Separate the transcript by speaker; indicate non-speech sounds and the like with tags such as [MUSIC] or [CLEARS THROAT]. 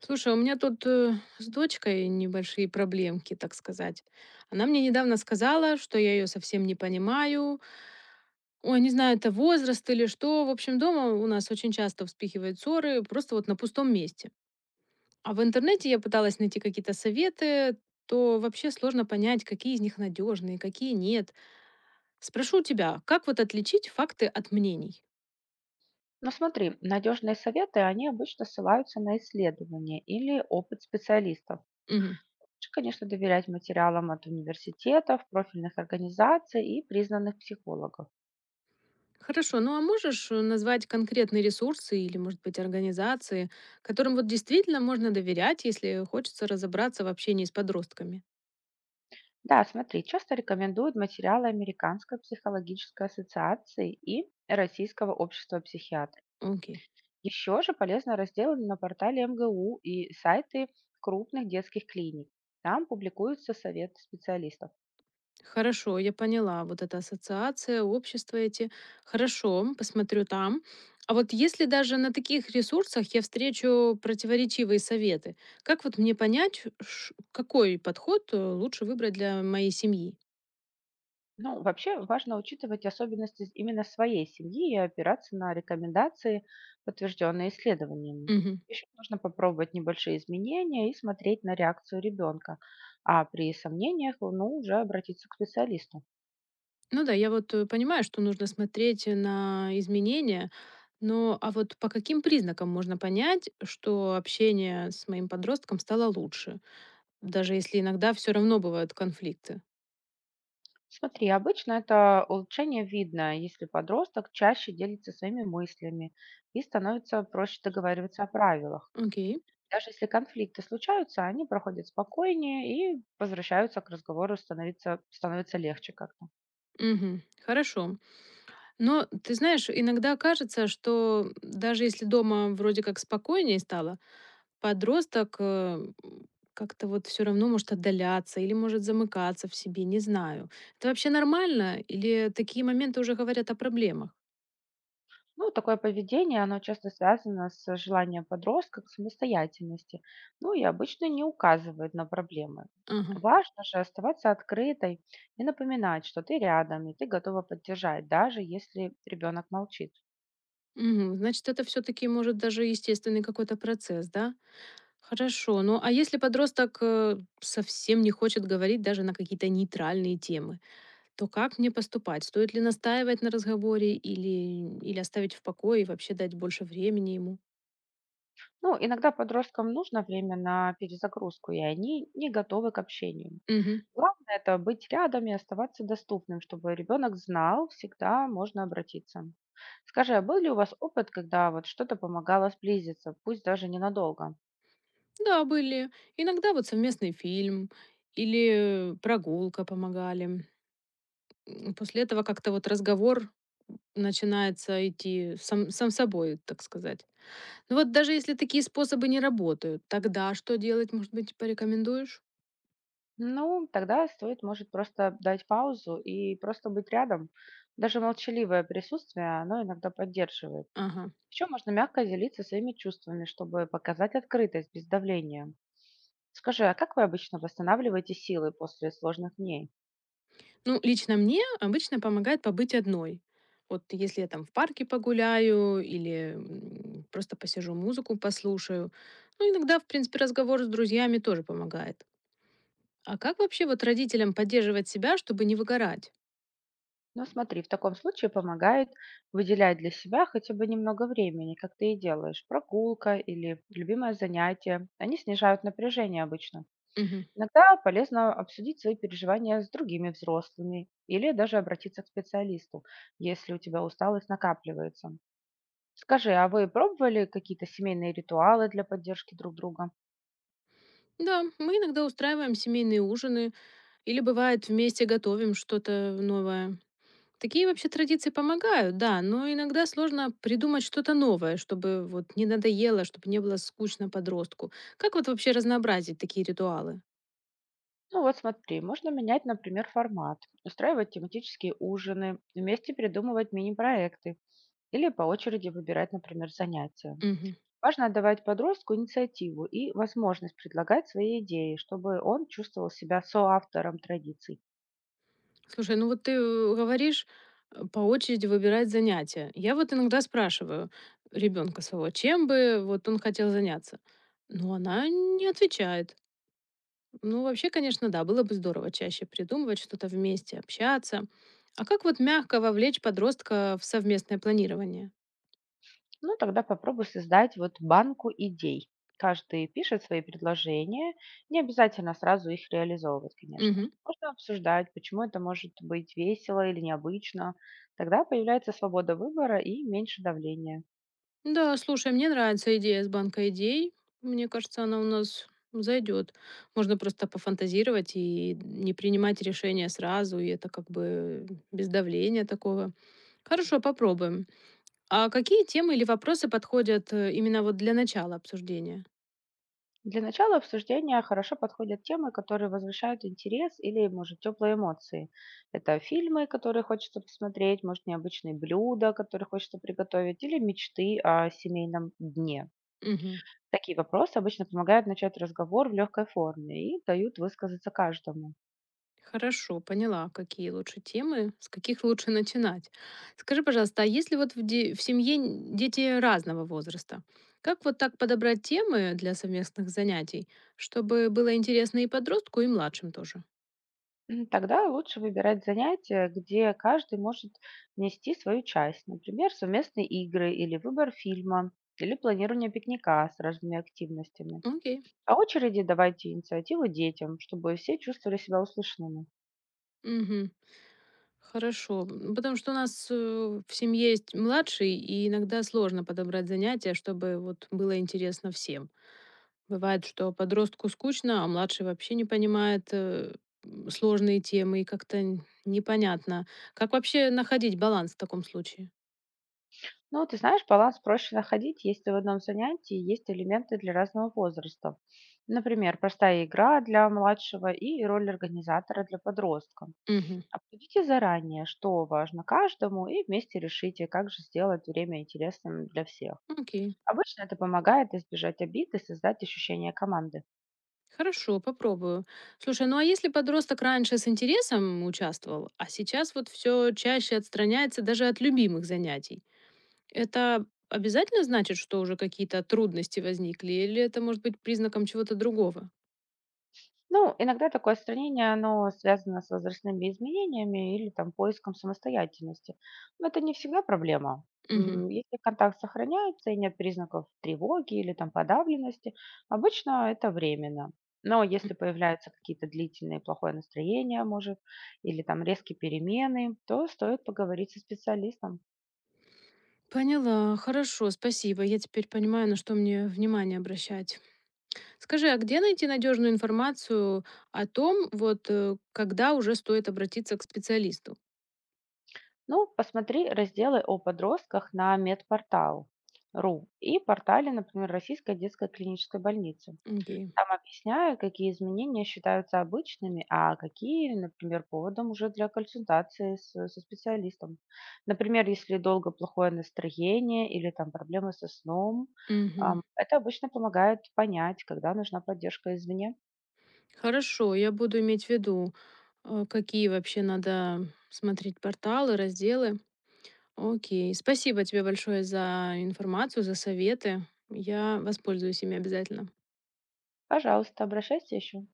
Speaker 1: Слушай, у меня тут с дочкой небольшие проблемки, так сказать. Она мне недавно сказала, что я ее совсем не понимаю. Ой, не знаю, это возраст или что. В общем, дома у нас очень часто вспыхивают ссоры, просто вот на пустом месте. А в интернете я пыталась найти какие-то советы, то вообще сложно понять, какие из них надежные, какие нет. Спрошу у тебя, как вот отличить факты от мнений?
Speaker 2: Ну смотри, надежные советы, они обычно ссылаются на исследования или опыт специалистов.
Speaker 1: Мгм.
Speaker 2: Лучше, конечно, доверять материалам от университетов, профильных организаций и признанных психологов.
Speaker 1: Хорошо, ну а можешь назвать конкретные ресурсы или, может быть, организации, которым вот действительно можно доверять, если хочется разобраться в общении с подростками?
Speaker 2: Да, смотри, часто рекомендуют материалы Американской психологической ассоциации и Российского общества психиатров.
Speaker 1: Окей.
Speaker 2: Еще же полезно разделы на портале МГУ и сайты крупных детских клиник. Там публикуются советы специалистов.
Speaker 1: Хорошо, я поняла. Вот эта ассоциация, общество эти. Хорошо, посмотрю там. А вот если даже на таких ресурсах я встречу противоречивые советы, как вот мне понять, какой подход лучше выбрать для моей семьи?
Speaker 2: Ну, вообще важно учитывать особенности именно своей семьи и опираться на рекомендации, подтвержденные исследованиями.
Speaker 1: Мгм.
Speaker 2: Еще можно попробовать небольшие изменения и смотреть на реакцию ребенка, а при сомнениях, ну, уже обратиться к специалисту.
Speaker 1: Ну да, я вот, понимаю, что нужно смотреть на изменения, но а вот по каким признакам можно понять, что общение с моим подростком стало лучше, даже если иногда все равно бывают конфликты?
Speaker 2: Смотри, обычно это улучшение видно, если подросток чаще делится своими мыслями и становится проще договариваться о правилах.
Speaker 1: Окей.
Speaker 2: Даже если конфликты случаются, они проходят спокойнее и возвращаются к разговору, становится легче как-то.
Speaker 1: Мгм. Хорошо. Но ты знаешь, иногда кажется, что даже если дома вроде как спокойнее стало, подросток, как-то вот все равно может отдаляться или может замыкаться в себе, не знаю. Это вообще нормально или такие моменты уже говорят о проблемах?
Speaker 2: Ну, такое поведение, оно часто связано с желанием подростка к самостоятельности, ну и обычно не указывает на проблемы.
Speaker 1: Ага.
Speaker 2: Важно же оставаться открытой и напоминать, что ты рядом и ты готова поддержать, даже если ребенок молчит.
Speaker 1: Мгм. Значит, это все таки может, даже естественный какой-то процесс, да? Хорошо. Ну, а если подросток, совсем не хочет говорить даже на какие-то нейтральные темы, то как мне поступать? Стоит ли настаивать на разговоре или оставить в покое и вообще дать больше времени ему?
Speaker 2: Ну, иногда подросткам нужно время на перезагрузку, и они не готовы к общению.
Speaker 1: Мгм.
Speaker 2: Главное- это быть рядом и оставаться доступным, чтобы ребенок знал, всегда можно обратиться. Скажи, а был ли у вас опыт, когда вот что-то помогало сблизиться, пусть даже ненадолго?
Speaker 1: Да, были. Иногда вот совместный фильм или прогулка помогали. После этого как-то вот разговор начинается идти сам собой, так сказать. Ну вот даже если такие способы не работают, тогда что делать, может быть, порекомендуешь?
Speaker 2: Ну, тогда стоит, может, просто дать паузу и просто быть рядом. Даже молчаливое присутствие, оно иногда поддерживает.
Speaker 1: Ага.
Speaker 2: Еще можно мягко делиться своими чувствами, чтобы показать открытость без давления. Скажи, а как вы обычно восстанавливаете силы после сложных дней?
Speaker 1: Ну, лично мне обычно помогает побыть одной. Вот если я там в парке погуляю или просто посижу музыку, послушаю. Ну, иногда, в принципе, разговор с друзьями тоже помогает. А как вообще вот родителям поддерживать себя, чтобы не выгорать?
Speaker 2: Ну, смотри, в таком случае помогает выделять для себя хотя бы немного времени, как ты и делаешь. Прогулка или любимое занятие. Они снижают напряжение обычно.
Speaker 1: Мгм.
Speaker 2: Иногда полезно обсудить свои переживания с другими взрослыми или даже обратиться к специалисту, если у тебя усталость накапливается. Скажи, а вы пробовали какие-то семейные ритуалы для поддержки друг друга?
Speaker 1: Да, мы иногда устраиваем семейные ужины или бывает вместе готовим что-то новое. Такие вообще традиции помогают, да, но иногда сложно придумать что-то новое, чтобы вот не надоело, чтобы не было скучно подростку. Как вот вообще разнообразить такие ритуалы?
Speaker 2: Ну вот смотри, можно менять, например, формат, устраивать тематические ужины, вместе придумывать мини-проекты или по очереди выбирать, например, занятия.
Speaker 1: Мгм.
Speaker 2: Важно отдавать подростку инициативу и возможность предлагать свои идеи, чтобы он чувствовал себя соавтором традиций.
Speaker 1: Слушай, ну вот ты говоришь по очереди выбирать занятия. Я вот иногда спрашиваю ребенка своего, чем бы вот он хотел заняться. Но она не отвечает. Ну, вообще, конечно, да, было бы здорово чаще придумывать что-то вместе, общаться. А как вот мягко вовлечь подростка в совместное планирование?
Speaker 2: Ну, тогда попробуй создать вот банку идей. Каждый пишет свои предложения, не обязательно сразу их реализовывать, конечно.
Speaker 1: Мгм.
Speaker 2: Можно обсуждать, почему это может быть весело или необычно. Тогда появляется свобода выбора и меньше давления.
Speaker 1: Да, слушай, мне нравится идея с банка идей. Мне кажется, она у нас зайдет. Можно просто пофантазировать и не принимать решения сразу, и это как бы без давления такого. Хорошо, попробуем. А какие темы или вопросы подходят именно вот для начала обсуждения?
Speaker 2: Для начала обсуждения хорошо подходят темы, которые возвращают интерес или, может, теплые эмоции. Это фильмы, которые хочется посмотреть, может, необычные блюда, которые хочется приготовить, или мечты о семейном дне.
Speaker 1: Мгм.
Speaker 2: Такие вопросы обычно помогают начать разговор в легкой форме и дают высказаться каждому.
Speaker 1: Хорошо, поняла, какие лучше темы, с каких лучше начинать. Скажи, пожалуйста, а если вот в, в семье дети разного возраста, как вот так подобрать темы для совместных занятий, чтобы было интересно и подростку, и младшим тоже?
Speaker 2: [CLEARS THROAT] Тогда лучше выбирать занятия, где каждый может нести свою часть, например, совместные игры или выбор фильма, или планирование пикника с разными активностями.
Speaker 1: Окей.
Speaker 2: По очереди давайте инициативу детям, чтобы все чувствовали себя услышанными.
Speaker 1: Мгм. Хорошо. Потому что у нас в семье есть младший, и иногда сложно подобрать занятия, чтобы вот было интересно всем. Бывает, что подростку скучно, а младший вообще не понимает сложные темы и как-то непонятно. Как вообще находить баланс в таком случае?
Speaker 2: Ну, ты знаешь, баланс проще находить, если в одном занятии есть элементы для разного возраста. Например, простая игра для младшего и роль организатора для подростка.
Speaker 1: Мгм.
Speaker 2: Обсудите заранее, что важно каждому, и вместе решите, как же сделать время интересным для всех.
Speaker 1: Окей.
Speaker 2: Обычно это помогает избежать обид и создать ощущение команды.
Speaker 1: Хорошо, попробую. Слушай, ну а если подросток раньше с интересом участвовал, а сейчас вот все чаще отстраняется даже от любимых занятий, это обязательно значит, что уже какие-то трудности возникли, или это может быть признаком чего-то другого?
Speaker 2: Ну, иногда такое сравнение, оно связано с возрастными изменениями или там поиском самостоятельности. Но это не всегда проблема.
Speaker 1: Мгм.
Speaker 2: Если контакт сохраняется и нет признаков тревоги или там подавленности, обычно это временно. Но если появляются какие-то длительные плохое настроение, может, или там резкие перемены, то стоит поговорить со специалистом.
Speaker 1: Поняла, хорошо, спасибо. Я теперь понимаю, на что мне внимание обращать. Скажи, а где найти надежную информацию о том, вот когда уже стоит обратиться к специалисту?
Speaker 2: Ну, посмотри разделы о подростках на медпортал.ру и портале, например, Российской детской клинической больницы.
Speaker 1: Окей.
Speaker 2: Там объясняю, какие изменения считаются обычными, а какие, например, поводом уже для консультации со специалистом. Например, если долго плохое настроение или там проблемы со сном,
Speaker 1: Мгм.
Speaker 2: это обычно помогает понять, когда нужна поддержка извне.
Speaker 1: Хорошо, я буду иметь в виду, какие вообще надо смотреть порталы, разделы. Окей. Спасибо тебе большое за информацию, за советы. Я воспользуюсь ими обязательно.
Speaker 2: Пожалуйста, обращайся еще.